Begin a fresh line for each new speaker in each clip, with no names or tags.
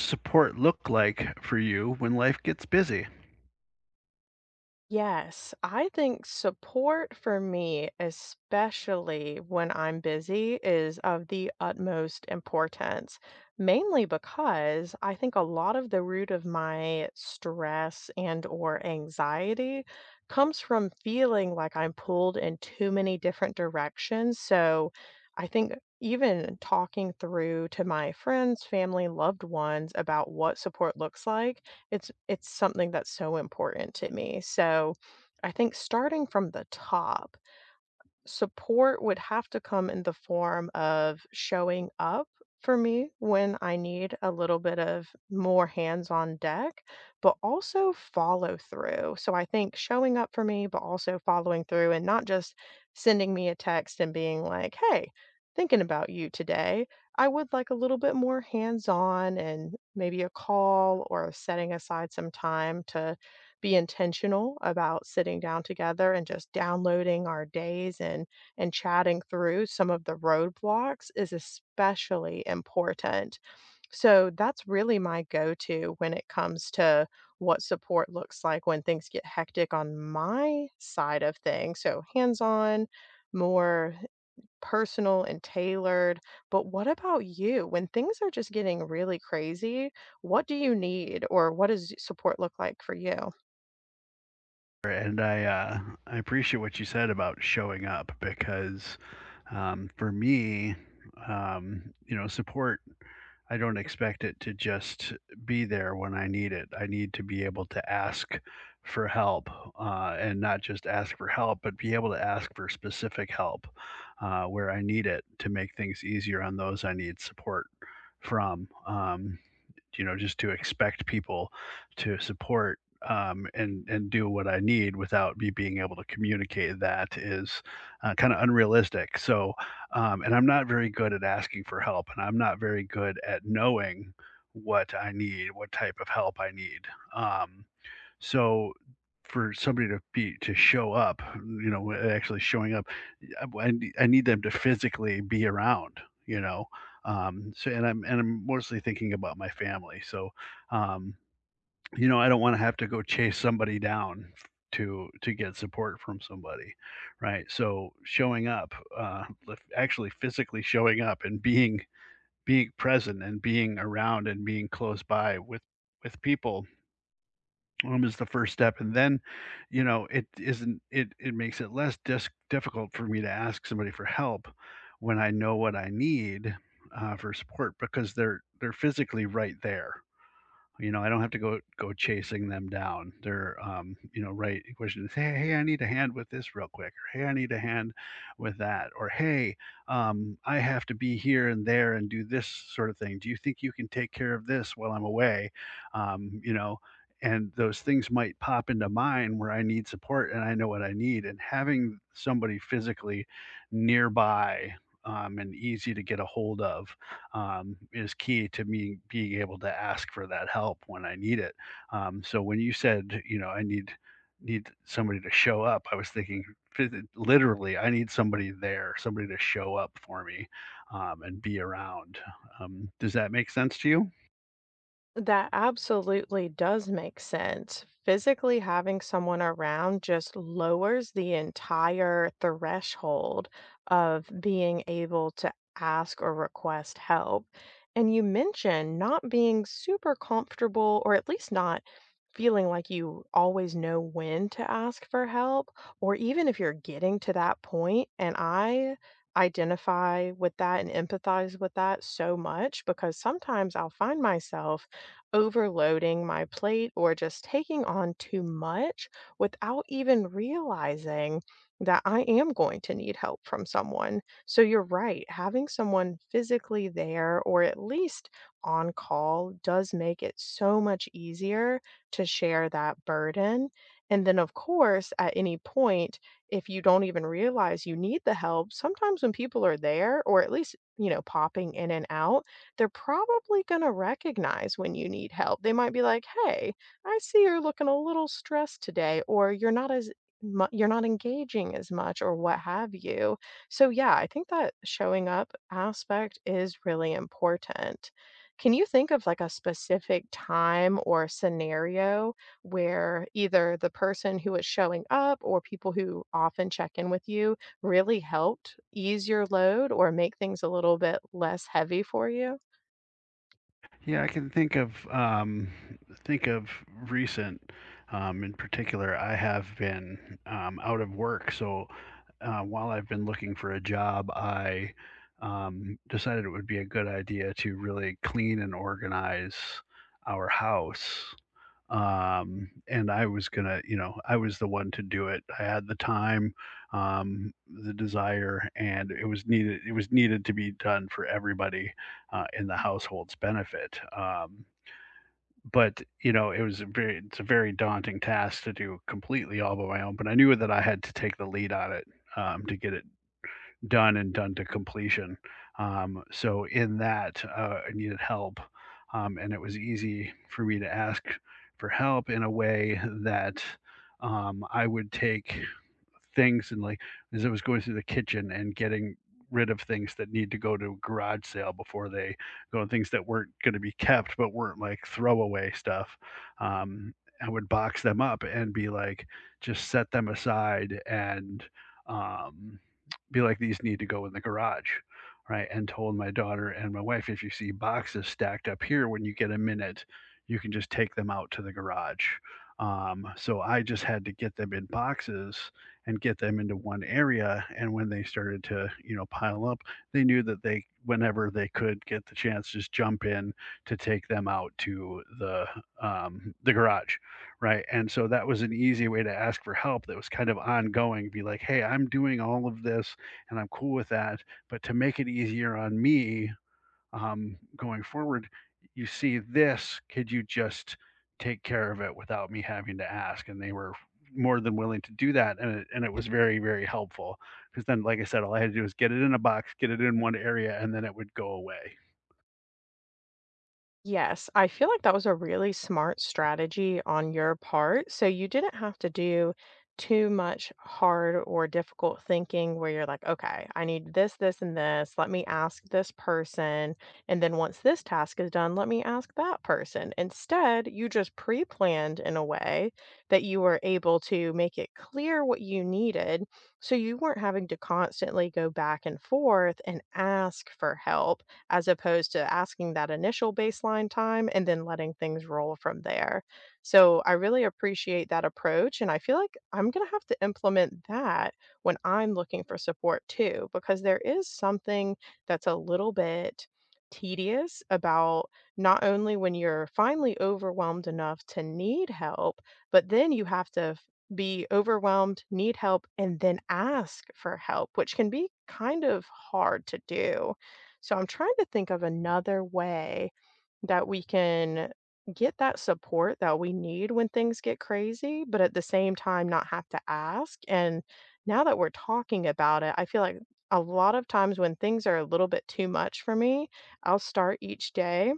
Support look like for you when life gets busy?
Yes, I think support for me, especially when I'm busy, is of the utmost importance, mainly because I think a lot of the root of my stress and or anxiety comes from feeling like I'm pulled in too many different directions. So I think even talking through to my friends, family, loved ones about what support looks like, it's something that's so important to me, so I think starting from the top, support would have to come in the form of showing up for me when I need a little bit of more hands on deck, but also follow through. So I think showing up for me, but also following through and not just sending me a text and being like, hey, thinking about you today. I would like a little bit more hands on and maybe a call or setting aside some time to be intentional about sitting down together and just downloading our days and chatting through some of the roadblocks is especially important. So that's really my go-to when it comes to what support looks like when things get hectic on my side of things. So hands-on, more personal and tailored. But what about you? When things are just getting really crazy, what do you need or what does support look like for you?
And I appreciate what you said about showing up because for me, support I don't expect it to just be there when I need it. I need to be able to ask for help, and not just ask for help, but be able to ask for specific help where I need it to make things easier on those I need support from. Just to expect people to support, and do what I need without me being able to communicate that is kind of unrealistic. So, and I'm not very good at asking for help, and I'm not very good at knowing what I need, what type of help I need. Um, so, for somebody to be to show up, you know, actually showing up, I need them to physically be around, you know? And I'm mostly thinking about my family, so, um, I don't wanna have to go chase somebody down to get support from somebody, right? So, showing up, lif actually physically showing up and being present and being around and being close by with people is the first step. And then, you know, it isn't it makes it less difficult for me to ask somebody for help when I know what I need for support because they're physically right there. You know, I don't have to go chasing them down. They're, right question is, "Hey, hey, I need a hand with this real quick," or, "Hey, I need a hand with that," or, "Hey, I have to be here and there and do this sort of thing. Do you think you can take care of this while I'm away?" Um, you know, and those things might pop into mine where I need support and I know what I need. And having somebody physically nearby, and easy to get a hold of, is key to me being able to ask for that help when I need it. So when you said, you know, I need need somebody to show up, I was thinking literally, I need somebody there, somebody to show up for me and be around. Does that make sense to you?
That absolutely does make sense. Physically having someone around just lowers the entire threshold of being able to ask or request help. And you mentioned not being super comfortable, or at least not feeling like you always know when to ask for help, or even if you're getting to that point, and I identify with that and empathize with that so much because sometimes I'll find myself overloading my plate or just taking on too much without even realizing that I am going to need help from someone. So you're right, having someone physically there or at least on call does make it so much easier to share that burden. And then, of course, at any point, if you don't even realize you need the help, sometimes when people are there or at least, popping in and out, they're probably going to recognize when you need help. They might be like, "Hey, I see you're looking a little stressed today," or "You're not as you're not engaging as much," or what have you. So yeah, I think that showing up aspect is really important. Can you think of like a specific time or scenario where either the person who is showing up or people who often check in with you really helped ease your load or make things a little bit less heavy for you?
Yeah, I can think of, think of recent. In particular, I have been, out of work, so while I've been looking for a job, I, decided it would be a good idea to really clean and organize our house. And I was gonna, you know, I was the one to do it. I had the time, the desire, and it was needed to be done for everybody, in the household's benefit. But, you know, it's a very daunting task to do completely all by my own, but I knew that I had to take the lead on it, to get it done and done to completion. So in that, I needed help, and it was easy for me to ask for help in a way that, I would take things and, like, as I was going through the kitchen and getting rid of things that need to go to a garage sale before they go, and things that weren't going to be kept but weren't like throwaway stuff. Um, I would box them up and be like, just set them aside and, um, be like, "These need to go in the garage," right? And told my daughter and my wife, "If you see boxes stacked up here when you get a minute, you can just take them out to the garage." So I just had to get them in boxes and get them into one area, and when they started to, you know, pile up, they knew that they whenever they could get the chance, just jump in to take them out to the garage, right? And so that was an easy way to ask for help that was kind of ongoing, be like, "Hey, I'm doing all of this and I'm cool with that. But to make it easier on me, going forward, you see this, could you just take care of it without me having to ask?" And they were more than willing to do that. And it was very, very helpful because then, like I said, all I had to do was get it in a box, get it in one area, and then it would go away.
Yes, I feel like that was a really smart strategy on your part. So you didn't have to do too much hard or difficult thinking where you're like, okay, I need this, this, and this. Let me ask this person. And then once this task is done, let me ask that person. Instead, you just pre planned in a way that you were able to make it clear what you needed. So you weren't having to constantly go back and forth and ask for help as opposed to asking that initial baseline time and then letting things roll from there. So I really appreciate that approach. And I feel like I'm going to have to implement that when I'm looking for support too, because there is something that's a little bit tedious about not only when you're finally overwhelmed enough to need help, but then you have to be overwhelmed, need help, and then ask for help, which can be kind of hard to do. So I'm trying to think of another way that we can get that support that we need when things get crazy, but at the same time not have to ask. And now that we're talking about it, I feel like a lot of times when things are a little bit too much for me, I'll start each day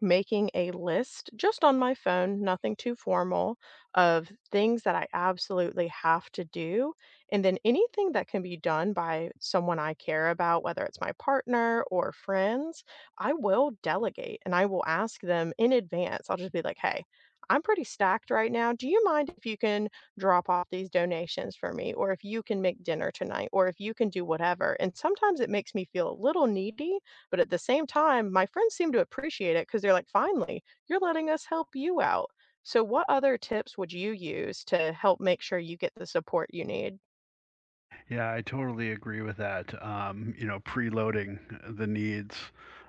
making a list just on my phone, nothing too formal, of things that I absolutely have to do. And then anything that can be done by someone I care about, whether it's my partner or friends, I will delegate and I will ask them in advance. I'll just be like, hey, I'm pretty stacked right now. Do you mind if you can drop off these donations for me? Or if you can make dinner tonight? Or if you can do whatever? And sometimes it makes me feel a little needy, but at the same time, my friends seem to appreciate it because they're like, finally, you're letting us help you out. So, what other tips would you use to help make sure you get the support you need?
Yeah, I totally agree with that. You know, preloading the needs,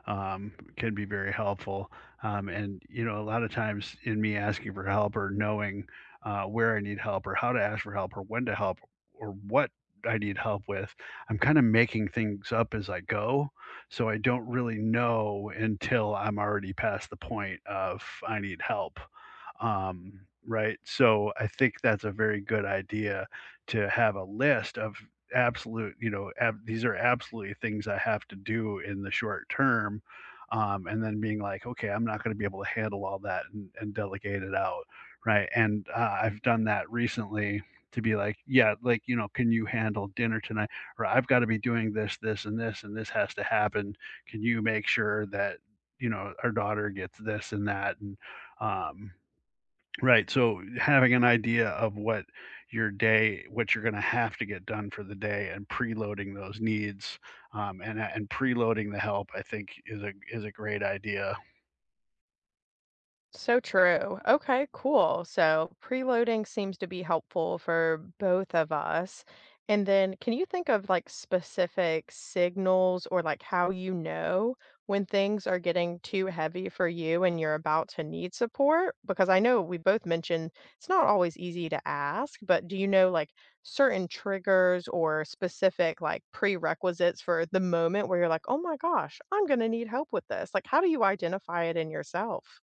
can be very helpful. And, you know, a lot of times in me asking for help or knowing, where I need help or how to ask for help or when to help or what I need help with, I'm kind of making things up as I go. So I don't really know until I'm already past the point of I need help. Right. So I think that's a very good idea to have a list of absolute, you know, these are absolutely things I have to do in the short term. And then being like, okay, I'm not going to be able to handle all that and delegate it out. Right. And I've done that recently to be like, yeah, like, you know, can you handle dinner tonight? Or I've got to be doing this, this, and this, and this has to happen. Can you make sure that, you know, our daughter gets this and that? Um, Right, so having an idea of what your day what you're gonna have to get done for the day and preloading those needs, and preloading the help, I think is a great idea.
So true. Okay, cool. So preloading seems to be helpful for both of us. And then can you think of like specific signals or like how you know when things are getting too heavy for you and you're about to need support? Because I know we both mentioned it's not always easy to ask, but do you know like certain triggers or specific like prerequisites for the moment where you're like, oh my gosh, I'm going to need help with this? Like, how do you identify it in yourself?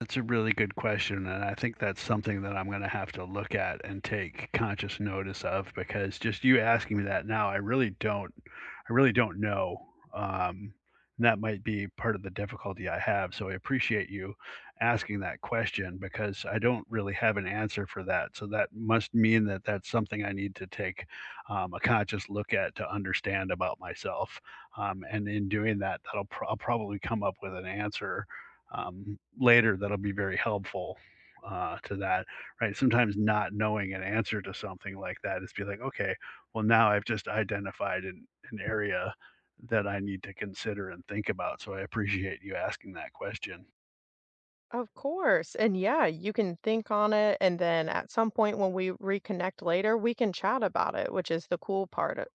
That's a really good question, and I think that's something that I'm gonna have to look at and take conscious notice of, because just you asking me that now, I really don't know, um, and that might be part of the difficulty I have, so I appreciate you asking that question because I don't really have an answer for that, so that must mean that that's something I need to take, a conscious look at to understand about myself, and in doing that, I'll probably come up with an answer, later that'll be very helpful to that, right? Sometimes not knowing an answer to something like that is be like, okay, well now I've just identified an area that I need to consider and think about. So I appreciate you asking that question.
Of course. And yeah, you can think on it. And then at some point when we reconnect later, we can chat about it, which is the cool part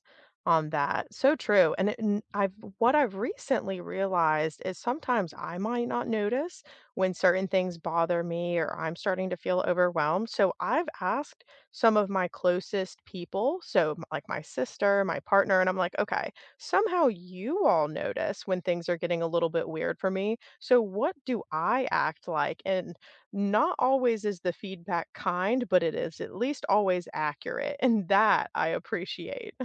on that. So true. And, it, and I've what I've recently realized is sometimes I might not notice when certain things bother me or I'm starting to feel overwhelmed. So I've asked some of my closest people, so like my sister, my partner, and I'm like, okay, somehow you all notice when things are getting a little bit weird for me, so, what do I act like? And not always is the feedback kind, but it is at least always accurate. And that I appreciate.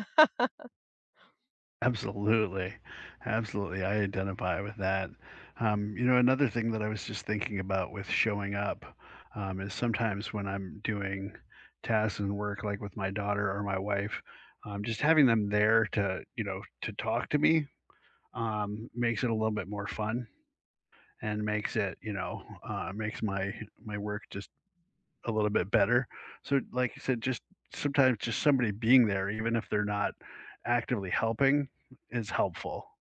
Absolutely. Absolutely, I identify with that. You know, another thing that I was just thinking about with showing up, is sometimes when I'm doing tasks and work, like, with my daughter or my wife, just having them there to, you know, to talk to me, makes it a little bit more fun and makes it, you know, makes my work just a little bit better. So, like you said, just sometimes just somebody being there, even if they're not actively helping, is helpful.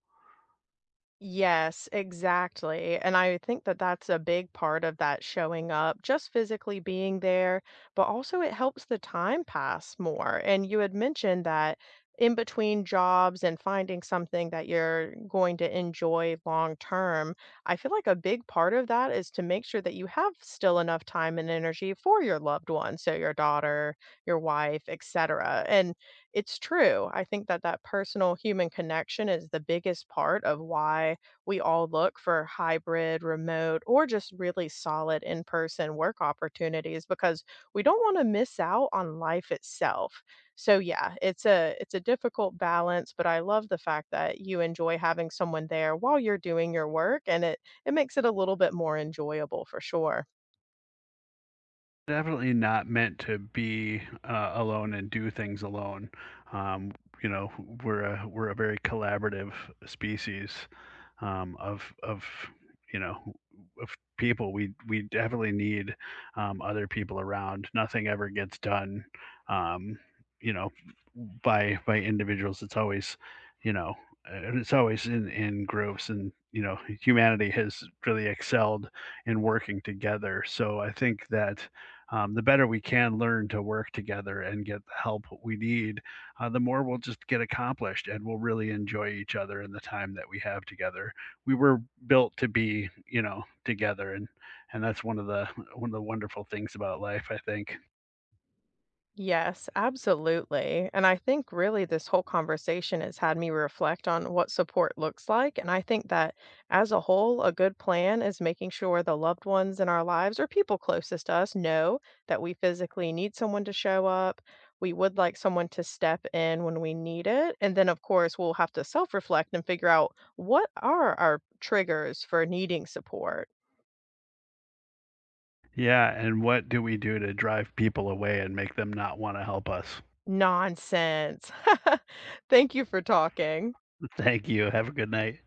Yes, exactly. And I think that that's a big part of that showing up, just physically being there, but also it helps the time pass more. And you had mentioned that in between jobs and finding something that you're going to enjoy long term, I feel like a big part of that is to make sure that you have still enough time and energy for your loved one, so your daughter, your wife, etc. And it's true. I think that that personal human connection is the biggest part of why we all look for hybrid, remote, or just really solid in person work opportunities because we don't want to miss out on life itself. So yeah, it's a difficult balance, but I love the fact that you enjoy having someone there while you're doing your work and it makes it a little bit more enjoyable for sure.
Definitely not meant to be, alone and do things alone. Um, you know, we're a very collaborative species, of you know of people. We definitely need, other people around. Nothing ever gets done, um, you know, by individuals. It's always, you know, and it's always in groups. And you know, humanity has really excelled in working together. So I think that, the better we can learn to work together and get the help we need, the more we'll just get accomplished and we'll really enjoy each other and the time that we have together. We were built to be, you know, together and that's one of the one of the wonderful things about life, I think.
Yes, absolutely. And I think really this whole conversation has had me reflect on what support looks like. And I think that as a whole, a good plan is making sure the loved ones in our lives or people closest to us know that we physically need someone to show up. We would like someone to step in when we need it. And then, of course, we'll have to self reflect and figure out what are our triggers for needing support.
Yeah, and what do we do to drive people away and make them not want to help us?
Nonsense. Thank you for talking.
Thank you. Have a good night.